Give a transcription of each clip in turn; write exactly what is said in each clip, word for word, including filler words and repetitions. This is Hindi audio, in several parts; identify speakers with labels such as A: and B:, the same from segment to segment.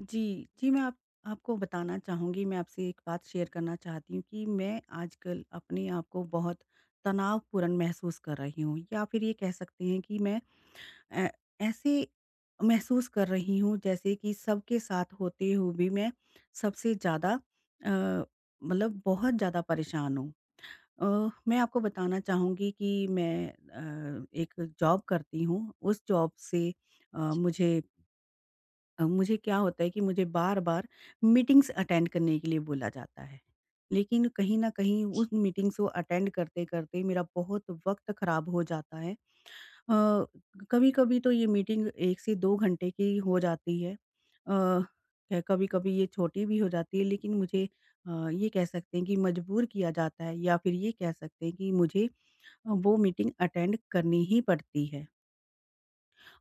A: जी, जी, मैं आप आपको बताना चाहूँगी, मैं आपसे एक बात शेयर करना चाहती हूँ कि मैं आजकल अपने आप को बहुत तनावपूर्ण महसूस कर रही हूँ या फिर ये कह सकते हैं कि मैं अ, ऐसे महसूस कर रही हूँ जैसे कि सबके साथ होते हुए भी मैं सबसे ज़्यादा अ, मतलब बहुत ज़्यादा परेशान हूँ। अ, मैं आपको बताना चाहूँगी कि मैं अ, एक जॉब करती हूँ, उस जॉब से अ, मुझे अ, मुझे क्या होता है कि मुझे बार-बार मीटिंग्स अटेंड करने के लिए बोला जाता है। लेकिन कहीं न कहीं उस मीटिंग्स को अटेंड करते-करते मेरा बहुत वक़्त ख़राब हो जाता है। अ, कभी-कभी तो ये मीटिंग एक से दो घंटे की हो जाती है। अ, कभी-कभी ये छोटी भी हो जाती है लेकिन मुझे अ, ये कह सकते हैं कि मजबूर किया जाता है या फिर ये कह सकते हैं कि मुझे अ, वो मीटिंग अटेंड करनी ही पड़ती है।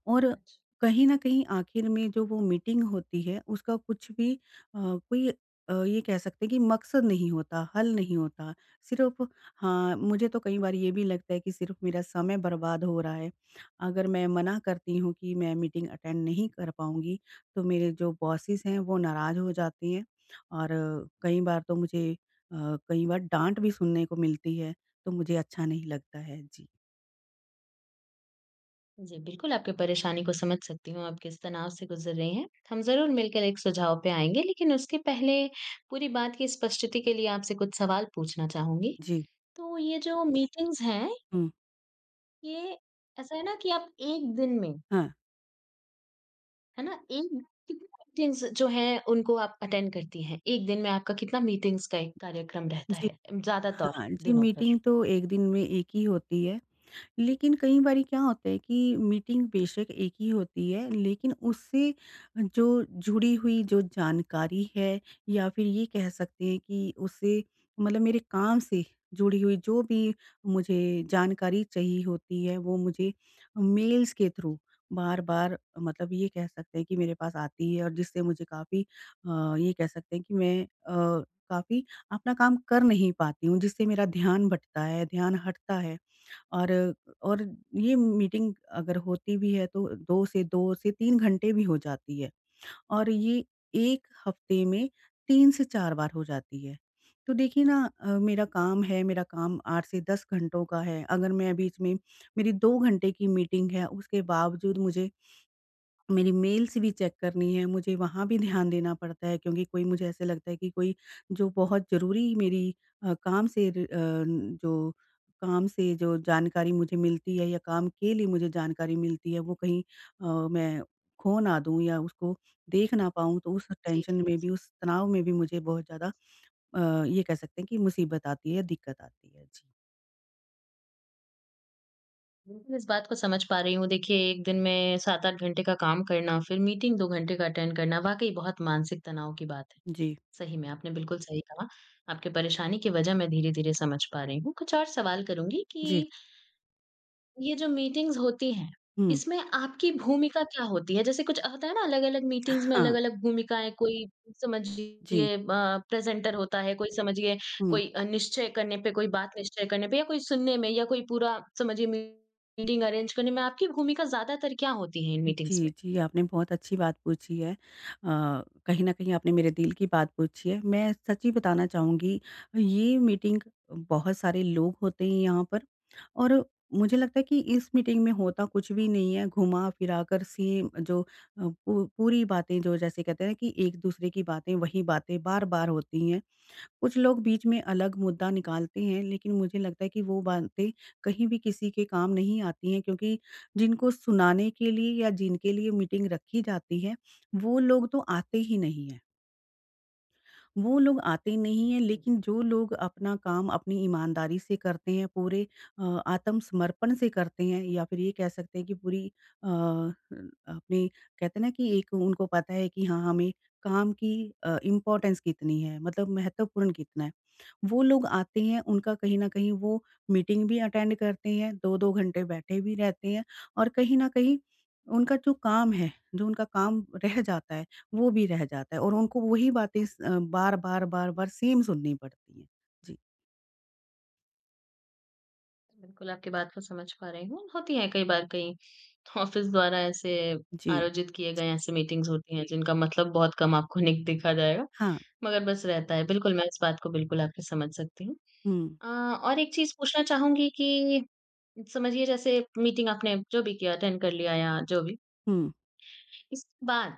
A: और कहीं न कहीं आखिर में जो वो मीटिंग होती है उसका कुछ भी अ, कोई अ, ये कह सकते हैं कि मकसद नहीं होता, हल नहीं होता। सिर्फ़ हाँ, मुझे तो कई बार ये भी लगता है कि सिर्फ़ मेरा समय बर्बाद हो रहा है। अगर मैं मना करती हूँ कि मैं मीटिंग अटेंड नहीं कर पाऊँगी, तो मेरे जो बॉसेस हैं वो नाराज़ हो जाते हैं और अ, कई बार तो मुझे अ, कई बार डाँट भी सुनने को मिलती है, तो मुझे अच्छा नहीं लगता है। जी,
B: जी, बिल्कुल आपकी परेशानी को समझ सकती हूँ, आप किस तनाव से गुज़र रही हैं। हम ज़रूर मिलकर एक सुझाव पे आएँगे, लेकिन उसके पहले पूरी बात की स्पष्टति के लिए आपसे कुछ सवाल पूछना चाहूँगी।
A: जी।
B: तो ये जो मीटिंग्स हैं,
A: हुँ,
B: ये ऐसा है ना कि आप एक दिन में,
A: हाँ।
B: है ना, एक कितनी मीटिंग्स जो हैं, उनको आप अटेंड करती हैं? एक दिन में आपका कितना मीटिंग्स का एक कार्यक्रम रहता
A: जी।
B: है, ज़्यादातर
A: हाँ जी,
B: दिनों पर?
A: मीटिंग तो एक दिन में एक ही होती है। लेकिन कई बारी क्या होता है कि मीटिंग बेशक एक ही होती है लेकिन उससे जो जुड़ी हुई जो जानकारी है या फिर ये कह सकते हैं कि उससे मतलब मेरे काम से जुड़ी हुई जो भी मुझे जानकारी चाहिए होती है वो मुझे मेल्स के थ्रू बार-बार मतलब ये कह सकते हैं कि मेरे पास आती है और जिससे मुझे काफ़ी अ, ये कह सकते हैं कि मैं अ, काफ़ी अपना काम कर नहीं पाती हूँ जिससे मेरा ध्यान भटता है, ध्यान हटता है। और और ये मीटिंग अगर होती भी है तो दो से दो से तीन घंटे भी हो जाती है और ये एक हफ्ते में तीन से चार बार हो जाती है। तो देखिए ना अ, मेरा काम है, मेरा काम आठ से दस घंटों का है, अगर मैं बीच में मेरी दो घंटे की मीटिंग है उसके बावजूद मुझे मेरी मेल्स भी चेक करनी है, मुझे वहाँ भी ध्यान देना पड़ता है क्योंकि कोई मुझे ऐसे लगता है कि कोई जो बहुत ज़रूरी मेरी अ, काम से र अ, न- जो काम से जो जानकारी मुझे मिलती है या काम के लिए मुझे जानकारी मिलती है, वो कहीं अ, मैं खो ना दूँ या उसको देख ना पाऊँ, तो उस
B: जी,
A: टेंशन में भी,
B: जी।
A: उस तनाव में भी मुझे बहुत ज़्यादा अ, ये कह सकते हैं कि मुसीबत आती है, दिक्कत आती है। जी।
B: बिल्कुल, इस बात को समझ पा रही हूँ। देखिए, एक दिन में सात आठ घंटे का काम करना, फिर मीटिंग दो घंटे का अटेंड करना, वाक़ई बहुत मानसिक तनाव की बात है।
A: जी।
B: सही में, आपने बिल्कुल सही कहा। आपकी परेशानी की वजह मैं धीरे-धीरे समझ पा रही हूँ। कुछ और सवाल करूँगी
A: जी।
B: कि ये जो मीटिंग्स होती हैं,
A: हुँ।
B: इसमें आपकी भूमिका क्या होती है? जैसे कुछ होता है ना अलग-अलग मीटिंग्स में
A: हाँ।
B: अलग-अलग भूमिकाएँ, कोई
A: जी।
B: समझिए अ, प्रेज़ेंटर होता है, कोई समझिए
A: हुँ।
B: कोई अ, निश्चय करने पे, कोई बात निश्चय करने पे या कोई सुनने में या कोई पूरा समझिए मीटिंग अरेंज करने में आपकी भूमिका ज़्यादातर क्या होती है इन मीटिंग्स
A: जी,
B: में?
A: जी, आपने बहुत अच्छी बात पूछी है। अ, कहीं न कहीं आपने मेरे दिल की बात पूछी है। मैं सच ही बताना चाहूँगी, ये मीटिंग बहुत सारे लोग होते हैं यहाँ पर और मुझे लगता है कि इस मीटिंग में होता कुछ भी नहीं है, घुमा-फिरा कर सेम जो अ, पू पूरी बातें जो जैसे कहते हैं कि एक-दूसरे की बातें वही बातें बार-बार होती हैं। कुछ लोग बीच में अलग मुद्दा निकालते हैं, लेकिन मुझे लगता है कि वो बातें कहीं भी किसी के काम नहीं आती हैं क्योंकि जिनको सुनाने के लिए या जिनके लिए मीटिंग रखी जाती है, वो लोग तो आते ही नहीं हैं। वो लोग आते नहीं हैं, लेकिन
B: हुँ।
A: जो लोग अपना काम अपनी ईमानदारी से करते हैं, पूरे अ, आत्मसमर्पण से करते हैं या फिर ये कह सकते हैं कि पूरी अ, अपनी कहते हैं ना कि एक उनको पता है कि हाँ, हमें काम की अ, इम्पोर्टेंस कितनी है, मतलब महत्वपूर्ण कितना है। वो लोग आते हैं, उनका कहीं न कहीं वो मीटिंग भी अटेंड करते हैं, दो दो घंटे बैठे भी रहते हैं और कहीं न कहीं उनका जो काम है, जो उनका काम रह जाता है, वो भी रह जाता है और उनको वही बातें स अ, बार-बार, बार-बार सेम सुननी पड़ती हैं। जी,
B: बिल्कुल, आपकी बात को समझ पा रही हूँ। होती है कई बार कई ऑफ़िस द्वारा ऐसे
A: जी।
B: आयोजित किए गए ऐसे मीटिंग्स होती हैं, जिनका मतलब बहुत कम आपको निक दिखा जाएगा।
A: हाँ।
B: मगर बस रहता है। बिल्कुल, मैं इस बात को बिल्कुल आपकी समझ सकती हूँ।
A: हुँ।
B: अ, और एक चीज़ पूछना चाहूँगी कि समझिए जैसे मीटिंग आपने जो भी किया अटेंड कर लिया या जो भी,
A: हुँ,
B: इसके बाद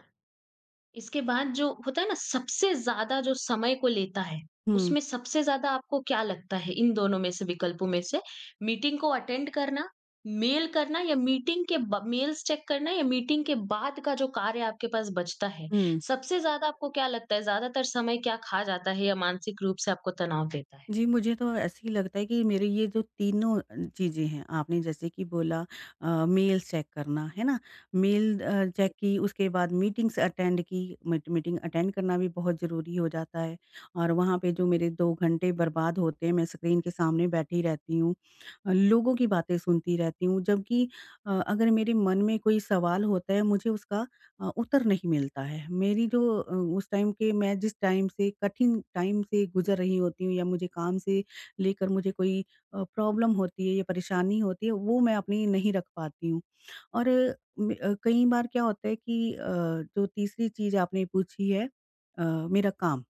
B: इसके बाद जो होता है ना सबसे ज़्यादा जो समय को लेता है,
A: हुँ,
B: उसमें सबसे ज़्यादा आपको क्या लगता है इन दोनों में से विकल्पों में से? मीटिंग को अटेंड करना, मेल करना या मीटिंग के ब मेल्स चेक करना या मीटिंग के बाद का जो कार्य आपके पास बचता है,
A: हुँ।
B: सबसे ज़्यादा आपको क्या लगता है ज़्यादातर समय क्या खा जाता है या मानसिक रूप से आपको तनाव देता है?
A: जी, मुझे तो ऐसे ही लगता है कि मेरे ये जो तीनों अ, चीज़ें हैं, आपने जैसे कि बोला अ, मेल्स चेक करना, है ना? मेल अ, चेक की, उसके बाद मीटिंग्स अटेंड की, मीट मीटिंग अटेंड करना भी बहुत ज़रूरी हो जाता है और वहाँ पे जो मेरे दो घंटे बर्बाद होते हैं, मैं स्क्रीन के सामने बैठी रहती हूँ। अ, लोगों की बातें सुनती रहती हूँ, जबकि अ, अगर मेरे मन में कोई सवाल होता है, मुझे उसका अ, उत्तर नहीं मिलता है। मेरी जो अ, उस टाइम के मैं जिस टाइम से कठिन टाइम से गुज़र रही होती हूँ या मुझे काम से लेकर मुझे कोई अ, प्रॉब्लम होती है या परेशानी होती है, वो मैं अपनी नहीं रख पाती हूँ। और म अ, कई बार क्या होता है कि अ, जो तीसरी चीज़ आपने पूछी है, अ, मेरा काम।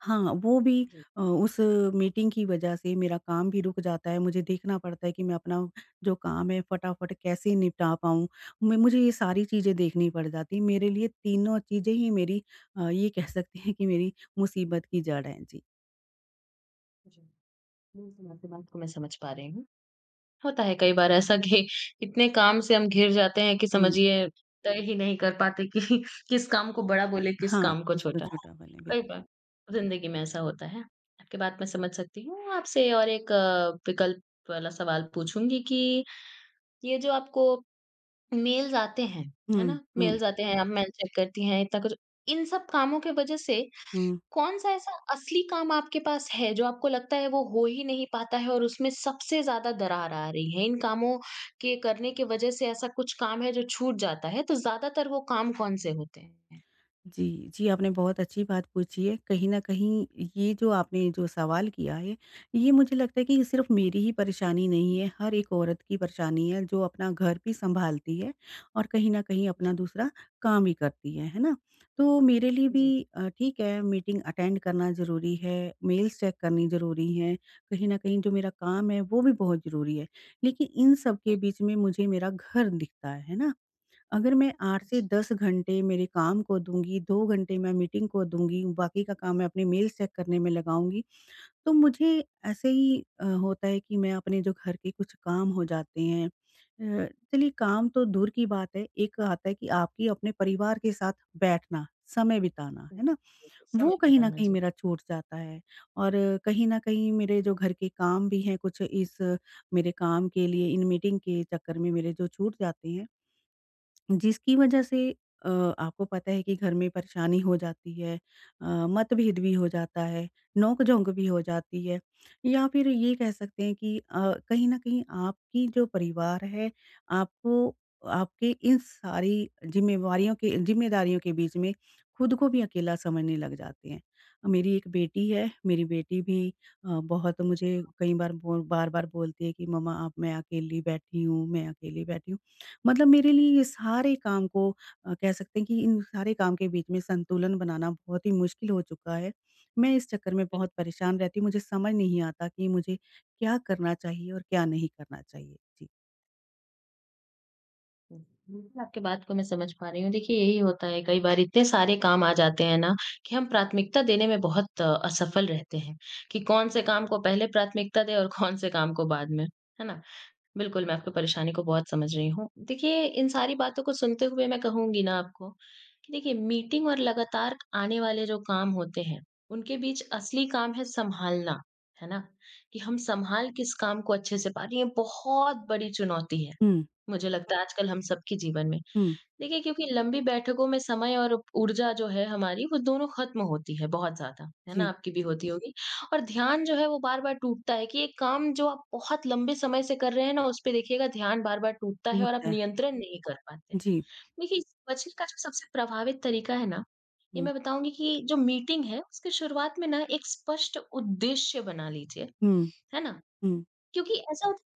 A: हाँ, वो भी
B: जी,
A: अ, उस मीटिंग की वजह से मेरा काम भी रुक जाता है, मुझे देखना पड़ता है कि मैं अपना जो काम है फटाफट कैसे निपटा पाऊँ। मैं मुझे ये सारी चीज़ें देखनी पड़ जाती हैं, मेरे लिए तीनों चीज़ें ही मेरी अ, ये कह सकते हैं कि मेरी मुसीबत की जड़ है। जी।
B: जी, जी। बिल्कुल, आपकी बात को मैं समझ पा रही हूँ। होता है कई बार ऐसा कि इतने काम से हम घिर जाते हैं कि
A: हुँ,
B: समझिए तय ही नहीं कर पाते कि किस काम को बड़ा बोले, किस
A: हाँ,
B: काम को
A: इसको
B: छोटा।
A: छोटा वाले
B: कई
A: बिल्कुल।
B: बार ज़िंदगी में ऐसा होता है। आपकी बात मैं समझ सकती हूँ। आपसे और एक अ, विकल्प वाला सवाल पूछूँगी कि ये जो आपको मेल्स आते हैं, है
A: हुँ,
B: ना?
A: हुँ,
B: मेल्स आते हैं, आप मेल चेक करती हैं, इतना कुछ इन सब कामों की वज़ह से
A: हुँ।
B: कौन-सा ऐसा असली काम आपके पास है, जो आपको लगता है वो हो ही नहीं पाता है और उसमें सबसे ज़्यादा दरार आ रही है? इन कामों के करने की वजह से ऐसा कुछ काम है जो छूट जाता है, तो ज़्यादातर वो काम कौन-से होते हैं?
A: जी, जी, आपने बहुत अच्छी बात पूछी है। कहीं न कहीं ये जो आपने जो सवाल किया है, ये मुझे लगता है कि सिर्फ़ मेरी ही परेशानी नहीं है, हर एक औरत की परेशानी है जो अपना घर भी सँभालती है और कहीं न कहीं अपना
B: जी,
A: दूसरा काम भी करती है, है ना? तो मेरे लिए भी
B: जी।
A: अ, ठीक है मीटिंग अटेंड करना ज़रूरी है, मेल्स चेक करनी ज़रूरी है, कहीं न कहीं जो मेरा काम है वो भी बहुत ज़रूरी है। लेकिन इन सब के
B: हुँ।
A: बीच में मुझे मेरा घर दिखता है, है ना? अगर मैं आठ से
B: अच्छा।
A: दस घंटे मेरे काम को दूँगी, दो घंटे मैं मीटिंग को दूँगी, बाकी का काम मैं अपने मेल चेक करने में लगाऊँगी, तो मुझे ऐसे ही अ, होता है कि मैं अपने जो घर के कुछ काम हो जाते हैं, अ, चलिए काम तो दूर की बात है, एक आता है कि आपकी अपने परिवार के साथ बैठना, समय बिताना,
B: जी,
A: है ना?
B: जी, जी, समझ
A: वो कहीं न
B: बताना
A: कहीं
B: जी।
A: मेरा छूट जाता है और अ, कहीं न कहीं मेरे जो घर के काम भी हैं कुछ इस अ, मेरे काम के लिए इन मीटिंग के चक्कर में मेरे जो छूट जाते हैं जिसकी वजह से अ, आपको पता है कि घर में परेशानी हो जाती है, अ, मतभेद भी हो जाता है, नोक-झोंक भी हो जाती है या फिर ये कह सकते हैं कि अ, कहीं न कहीं आपकी जो परिवार है, आपको आपके इन सारी ज़िम्मेवारियों के ज़िम्मेदारियों के बीच में खुद को भी अकेला समझने लग जाते हैं। मेरी एक बेटी है, मेरी बेटी भी अ, बहुत
B: जी,
A: मुझे कई बार बो बार-बार बोलती है कि मम्मा अब मैं अकेली बैठी हूँ, मैं अकेली बैठी हूँ। मतलब मेरे लिए ये सारे काम को अ, कह सकते हैं कि इन सारे काम के बीच में संतुलन बनाना बहुत ही मुश्किल हो चुका है। मैं इस चक्कर में बहुत परेशान रहती हूँ, मुझे समझ नहीं आता कि मुझे क्या करना चाहिए और क्या नहीं करना चाहिए? जी।
B: बिल्कुल। बिल्कुल, आपकी बात को मैं समझ पा रही हूँ। देखिए यही होता है कई बार इतने सारे काम आ जाते हैं ना, कि हम प्राथमिकता देने में बहुत अ, असफल रहते हैं, कि कौन से काम को पहले प्राथमिकता दें और कौन से काम को बाद में, है ना? बिल्कुल, मैं आपकी परेशानी को बहुत समझ रही हूँ। देखिए, इन सारी बातों को सुनते हुए मैं कहूँगी ना आपको कि देखिए मीटिंग और लगातार आने वाले जो काम होते हैं, उनके बीच असली काम है सँभालना, है ना? कि हम सँभाल किस काम को अच्छे से पा रही हैं, बहुत बड़ी चुनौती है।
A: हुँ,
B: मुझे लगता है आजकल हम सबके जीवन में।
A: हुँ,
B: देखिए, क्योंकि लंबी बैठकों में समय और ऊर्जा जो है हमारी, वो दोनों ख़त्म होती है बहुत ज़्यादा, है ना?
A: जी,
B: आपकी भी होती होगी और ध्यान जो है वो बार-बार टूटता है कि एक काम जो आप बहुत लंबे समय से कर रहे हैं ना, उस पे देखिएगा ध्यान बार-बार टूटता है और आप
A: टूटता है।
B: नियंत्रण नहीं कर पाते हैं।
A: जी,
B: देखिए, इस बचने का जो सबसे प्रभावित तरीका है ना, ये
A: हुँ,
B: मैं बताऊँगी कि जो मीटिंग है, उसकी शुरुआत में ना एक स्पष्ट उद्देश्य बना लीजिए,
A: हुँ,
B: है ना?
A: हुँ,
B: क्योंकि ऐसा होता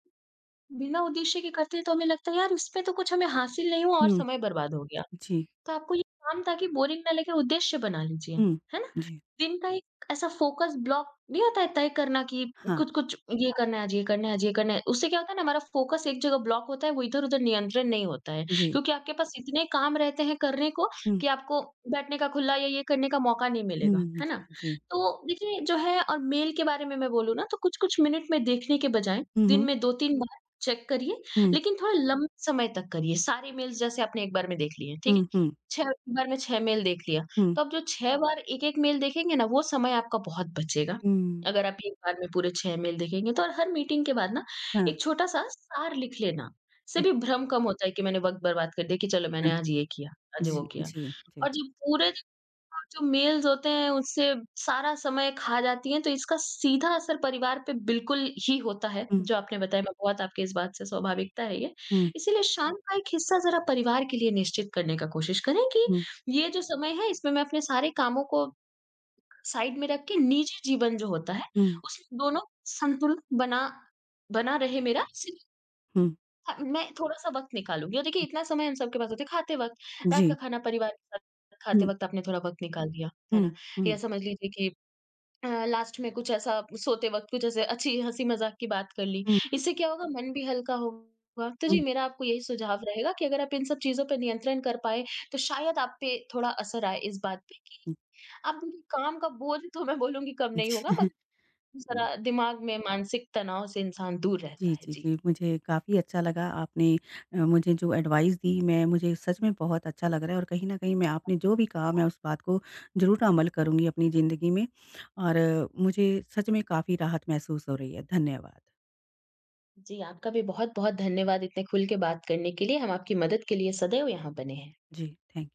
B: है बिना उद्देश्य के करते हैं तो हमें लगता है, "यार, इसमें तो कुछ हमें हासिल नहीं हुआ और
A: हुँ,
B: समय बर्बाद हो गया।"
A: जी,
B: तो आपको ये काम ताकि बोरिंग ना लगे उद्देश्य बना लीजिए,
A: हुँ,
B: है
A: जी,
B: दिन का एक ऐसा फ़ोकस ब्लॉक नहीं होता है तय करना कि
A: हाँ,
B: कुछ-कुछ ये करना है आज, ये करना है आज, ये करना है। उससे क्या होता है ना हमारा फ़ोकस एक जगह ब्लॉक होता है, वो इधर-उधर नियंत्रण नहीं होता है।
A: जी,
B: क्योंकि आपके पास इतने काम रहते हैं करने को
A: हुँ,
B: कि आपको बैठने का खुला या ये करने का मौका नहीं मिलेगा,
A: हुँ,
B: है ना?
A: जी, जी,
B: तो देखिए जो है और मेल के बारे में मैं बोलूँ ना तो कुछ-कुछ मिनट में देखने के बजाय
A: हुँ,
B: दिन
A: हुँ,
B: में दो तीन बार चेक करिए,
A: हुँ,
B: लेकिन थोड़ा लंबे समय तक करिए। सारे मेल्स जैसे आपने एक बार में देख लिए, ठीक है?
A: हुँ, हुँ,
B: छह एक बार में छह मेल देख लिया।
A: हुँ,
B: तो आप जो छह बार एक-एक मेल देखेंगे ना, वो समय आपका बहुत बचेगा।
A: हुँ,
B: अगर आप एक बार में पूरे छह मेल देखेंगे तो और हर मीटिंग के बाद ना
A: हाँ,
B: एक छोटा-सा सार लिख लेना, से भी
A: अच्छा,
B: भ्रम कम होता है कि मैंने वक़्त बर्बाद कर दिया कि चलो मैंने आज ये किया, आज वो
A: जी,
B: किया।
A: जी, जी,
B: और जब पूरे और जो मेल्स होते हैं उससे सारा समय खा जाती हैं, तो इसका सीधा असर परिवार पे बिल्कुल ही होता है,
A: हुँ,
B: जो आपने बताया मैं बहुत आपके इस बात से स्वाभाविकता है ये।
A: हुँ,
B: इसीलिए शाम का एक हिस्सा ज़रा परिवार के लिए निश्चित करने का कोशिश करें कि
A: हुँ,
B: ये जो समय है इसमें मैं अपने सारे कामों को साइड में रख के निजी जीवन जो होता है
A: हुँ।
B: उसमें दोनों संतुलन बना बना रहे मेरा इसी
A: हुँ,
B: हाँ, मैं थोड़ा-सा वक़्त निकालूँगी और देखिए इतना समय हम सबके पास होता है खाते वक़्त, रात
A: जी।
B: का खाना परिवार के साथ खाते
A: हुँ,
B: वक़्त आपने थोड़ा वक़्त निकाल दिया, है
A: हुँ,
B: ना? या
A: हुँ,
B: समझ लीजिए कि अ, लास्ट में कुछ ऐसा सोते वक़्त कुछ ऐसे अच्छी हँसी-मज़ाक की बात कर ली,
A: हुँ,
B: इससे क्या होगा मन भी हल्का होगा। तो जी,
A: हुँ,
B: मेरा आपको यही सुझाव रहेगा कि अगर आप इन सब चीज़ों पे नियंत्रण कर पाएँ, तो शायद आप पे थोड़ा असर आए इस बात पे कि
A: हुँ,
B: आप देखिए काम का बोझ तो मैं बोलूँगी कम नहीं होगा, मगर
A: हुँ।
B: ज़रा दिमाग में मानसिक तनाव से इंसान दूर रहता
A: जी,
B: है।
A: जी,
B: जी।
A: जी, मुझे काफ़ी अच्छा लगा आपने अ, मुझे जो एडवाइस दी, मैं मुझे सच में बहुत अच्छा लग रहा है और कहीं न कहीं मैं आपने जो भी कहा मैं उस बात को ज़रूर अमल करूँगी अपनी ज़िंदगी में और मुझे सच में काफ़ी राहत महसूस हो रही है। धन्यवाद।
B: जी, आपका भी बहुत-बहुत धन्यवाद इतने खुल के बात करने के लिए। हम आपकी मदद के लिए सदैव यहाँ बने हैं।
A: जी, थैंक